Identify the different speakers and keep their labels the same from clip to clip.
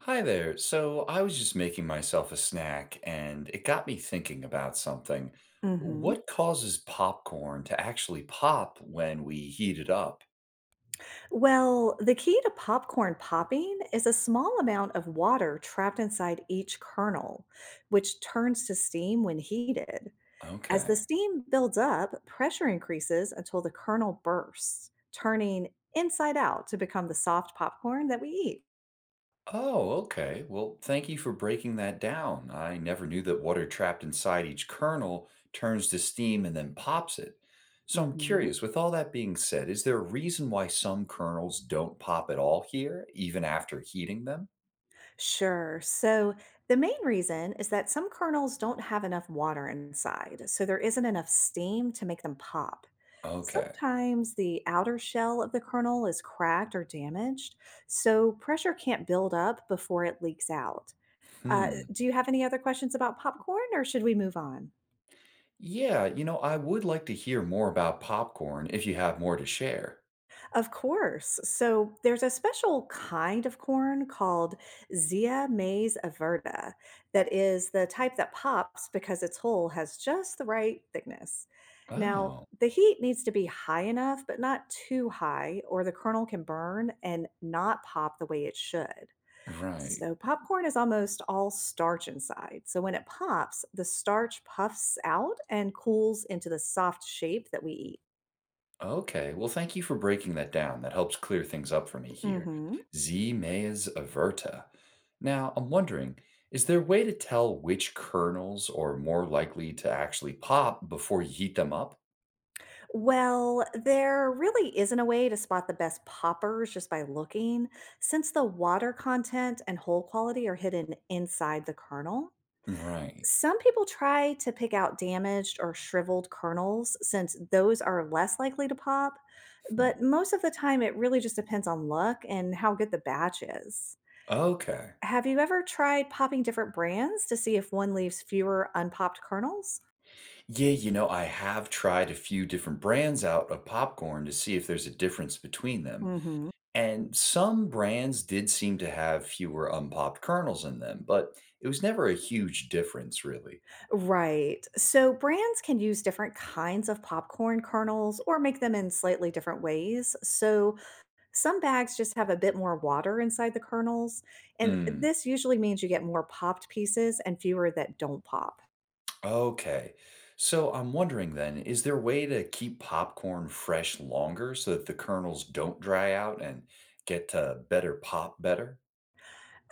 Speaker 1: Hi there. So I was just making myself a snack and it got me thinking about something.
Speaker 2: Mhm.
Speaker 1: What causes popcorn to actually pop when we heat it up?
Speaker 2: Well, the key to popcorn popping is a small amount of water trapped inside each kernel, which turns to steam when heated. As the
Speaker 1: Okay.
Speaker 2: steam builds up, pressure increases until the kernel bursts, turning inside out to become the soft popcorn that we eat.
Speaker 1: Oh, okay. Well, thank you for breaking that down. I never knew that water trapped inside each kernel turns to steam and then pops it. So I'm
Speaker 2: hmm
Speaker 1: curious, with all that being said, is there a reason why some kernels don't pop at all here, even after heating them?
Speaker 2: Sure. So the main reason is that some kernels don't have enough water inside, so there isn't enough steam to make them pop.
Speaker 1: Okay.
Speaker 2: Sometimes the outer shell of the kernel is cracked or damaged, so pressure can't build up before it leaks out.
Speaker 1: Hmm.
Speaker 2: Do you have any other questions about popcorn, or should we move on?
Speaker 1: Yeah, I would like to hear more about popcorn if you have more to share.
Speaker 2: Of course. So there's a special kind of corn called zea maize averta that is the type that pops because its hull has just the right thickness. Now,
Speaker 1: Oh,
Speaker 2: the heat needs to be high enough, but not too high, or the kernel can burn and not pop the way it should.
Speaker 1: right.
Speaker 2: So, popcorn is almost all starch inside. So, when it pops, the starch puffs out and cools into the soft shape that we eat.
Speaker 1: Okay. Well, thank you for breaking that down. That helps clear things up for me here.
Speaker 2: hmm
Speaker 1: Z. maiz averta. Now, I'm wondering, is there a way to tell which kernels are more likely to actually pop before you heat them up?
Speaker 2: Well, there really isn't a way to spot the best poppers just by looking, since the water content and hole quality are hidden inside the kernel.
Speaker 1: Right.
Speaker 2: Some people try to pick out damaged or shriveled kernels since those are less likely to pop,
Speaker 1: Hmm.
Speaker 2: but most of the time it really just depends on luck and how good the batch is.
Speaker 1: Okay.
Speaker 2: Have you ever tried popping different brands to see if one leaves fewer unpopped kernels?
Speaker 1: Yeah, I have tried a few different brands out of popcorn to see if there's a difference between them.
Speaker 2: Mm hmm.
Speaker 1: And some brands did seem to have fewer unpopped kernels in them, but it was never a huge difference, really.
Speaker 2: Right. So brands can use different kinds of popcorn kernels or make them in slightly different ways. So some bags just have a bit more water inside the kernels. And
Speaker 1: Mm,
Speaker 2: this usually means you get more popped pieces and fewer that don't pop.
Speaker 1: okay. So I'm wondering then, is there a way to keep popcorn fresh longer so that the kernels don't dry out and get to better pop better?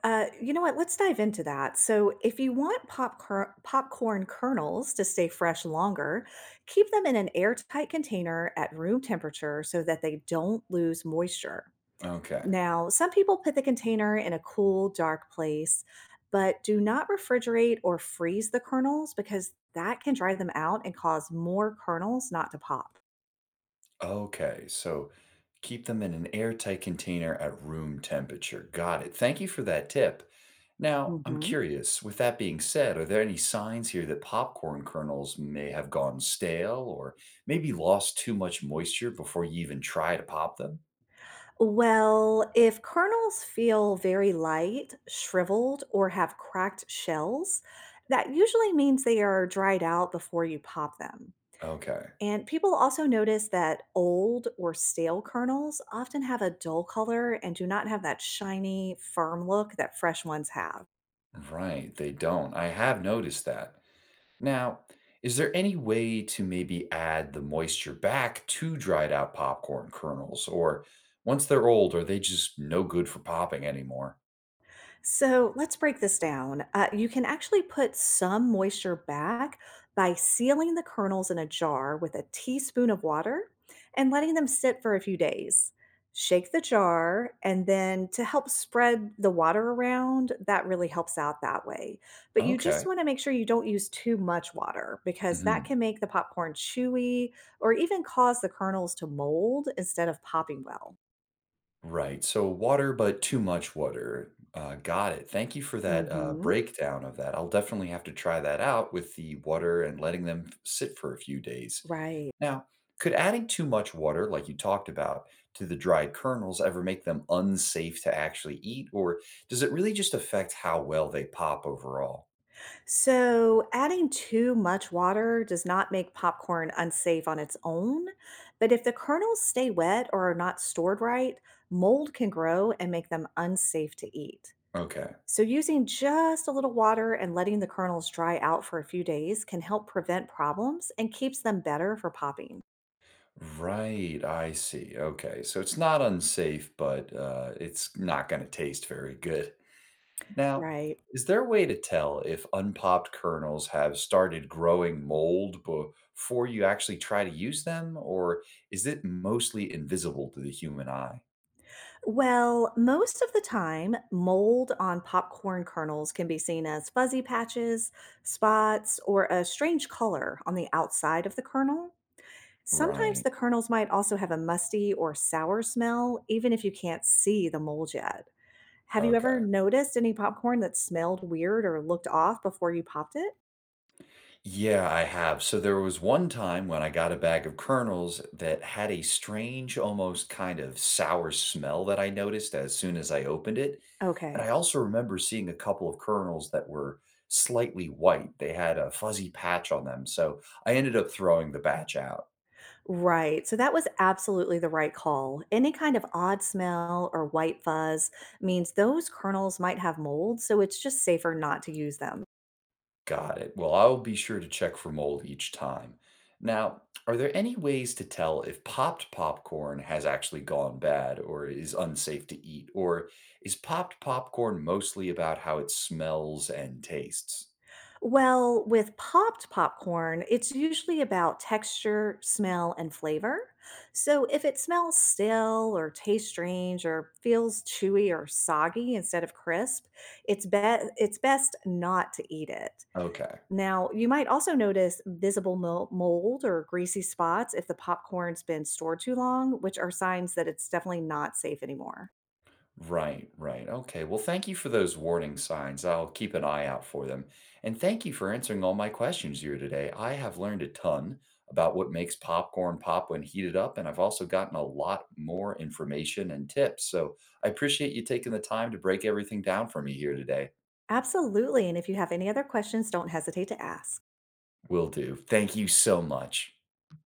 Speaker 2: You know what? Let's dive into that. So, if you want popcorn kernels to stay fresh longer, keep them in an airtight container at room temperature so that they don't lose moisture.
Speaker 1: Okay.
Speaker 2: Now, some people put the container in a cool, dark place, but do not refrigerate or freeze the kernels because that can dry them out and cause more kernels not to pop.
Speaker 1: Okay, so keep them in an airtight container at room temperature. Got it. Thank you for that tip. Now, I'm
Speaker 2: hmm
Speaker 1: curious, with that being said, are there any signs here that popcorn kernels may have gone stale or maybe lost too much moisture before you even try to pop them?
Speaker 2: Well, if kernels feel very light, shriveled, or have cracked shells, that usually means they are dried out before you pop them.
Speaker 1: Okay,
Speaker 2: And people also notice that old or stale kernels often have a dull color and do not have that shiny, firm look that fresh ones have.
Speaker 1: right, they don't. I have noticed that. Now, is there any way to maybe add the moisture back to dried out popcorn kernels? Or once they're old, are they just no good for popping anymore?
Speaker 2: So let's break this down. You can actually put some moisture back by sealing the kernels in a jar with a teaspoon of water and letting them sit for a few days. Shake the jar, and then to help spread the water around, that really helps out that way. But you just
Speaker 1: Okay.
Speaker 2: want to make sure you don't use too much water because that
Speaker 1: Hmm.
Speaker 2: can make the popcorn chewy or even cause the kernels to mold instead of popping well.
Speaker 1: Right. So water, but too much water. Got it. Thank you for that
Speaker 2: hmm
Speaker 1: breakdown of that. I'll definitely have to try that out with the water and letting them sit for a few days.
Speaker 2: Right.
Speaker 1: Now, could adding too much water, like you talked about, to the dried kernels ever make them unsafe to actually eat, or does it really just affect how well they pop overall?
Speaker 2: So, adding too much water does not make popcorn unsafe on its own, but if the kernels stay wet or are not stored right, mold can grow and make them unsafe to eat.
Speaker 1: Okay.
Speaker 2: So, using just a little water and letting the kernels dry out for a few days can help prevent problems and keeps them better for popping.
Speaker 1: Right, I see. Okay. So it's not unsafe, but it's not going to taste very good. Now,
Speaker 2: Right.
Speaker 1: is there a way to tell if unpopped kernels have started growing mold before you actually try to use them, or is it mostly invisible to the human eye?
Speaker 2: Well, most of the time, mold on popcorn kernels can be seen as fuzzy patches, spots, or a strange color on the outside of the kernel. Sometimes
Speaker 1: Right.
Speaker 2: the kernels might also have a musty or sour smell, even if you can't see the mold yet. Have you ever
Speaker 1: Okay.
Speaker 2: noticed any popcorn that smelled weird or looked off before you popped it?
Speaker 1: Yeah, I have. So there was one time when I got a bag of kernels that had a strange, almost kind of sour smell that I noticed as soon as I opened it. And
Speaker 2: Okay.
Speaker 1: I also remember seeing a couple of kernels that were slightly white. They had a fuzzy patch on them. So I ended up throwing the batch out.
Speaker 2: Right. So that was absolutely the right call. Any kind of odd smell or white fuzz means those kernels might have mold, so it's just safer not to use them.
Speaker 1: Got it. Well, I'll be sure to check for mold each time. Now, are there any ways to tell if popped popcorn has actually gone bad or is unsafe to eat? Or is popped popcorn mostly about how it smells and tastes?
Speaker 2: Well, with popped popcorn, it's usually about texture, smell, and flavor. So if it smells stale or tastes strange or feels chewy or soggy instead of crisp, it's best not to eat it.
Speaker 1: Okay.
Speaker 2: Now, you might also notice visible mold or greasy spots if the popcorn's been stored too long, which are signs that it's definitely not safe anymore.
Speaker 1: Right, right. Okay. Well, thank you for those warning signs. I'll keep an eye out for them. And thank you for answering all my questions here today. I have learned a ton about what makes popcorn pop when heated up, and I've also gotten a lot more information and tips. So I appreciate you taking the time to break everything down for me here today.
Speaker 2: Absolutely. And if you have any other questions, don't hesitate to ask.
Speaker 1: Will do. Thank you so much.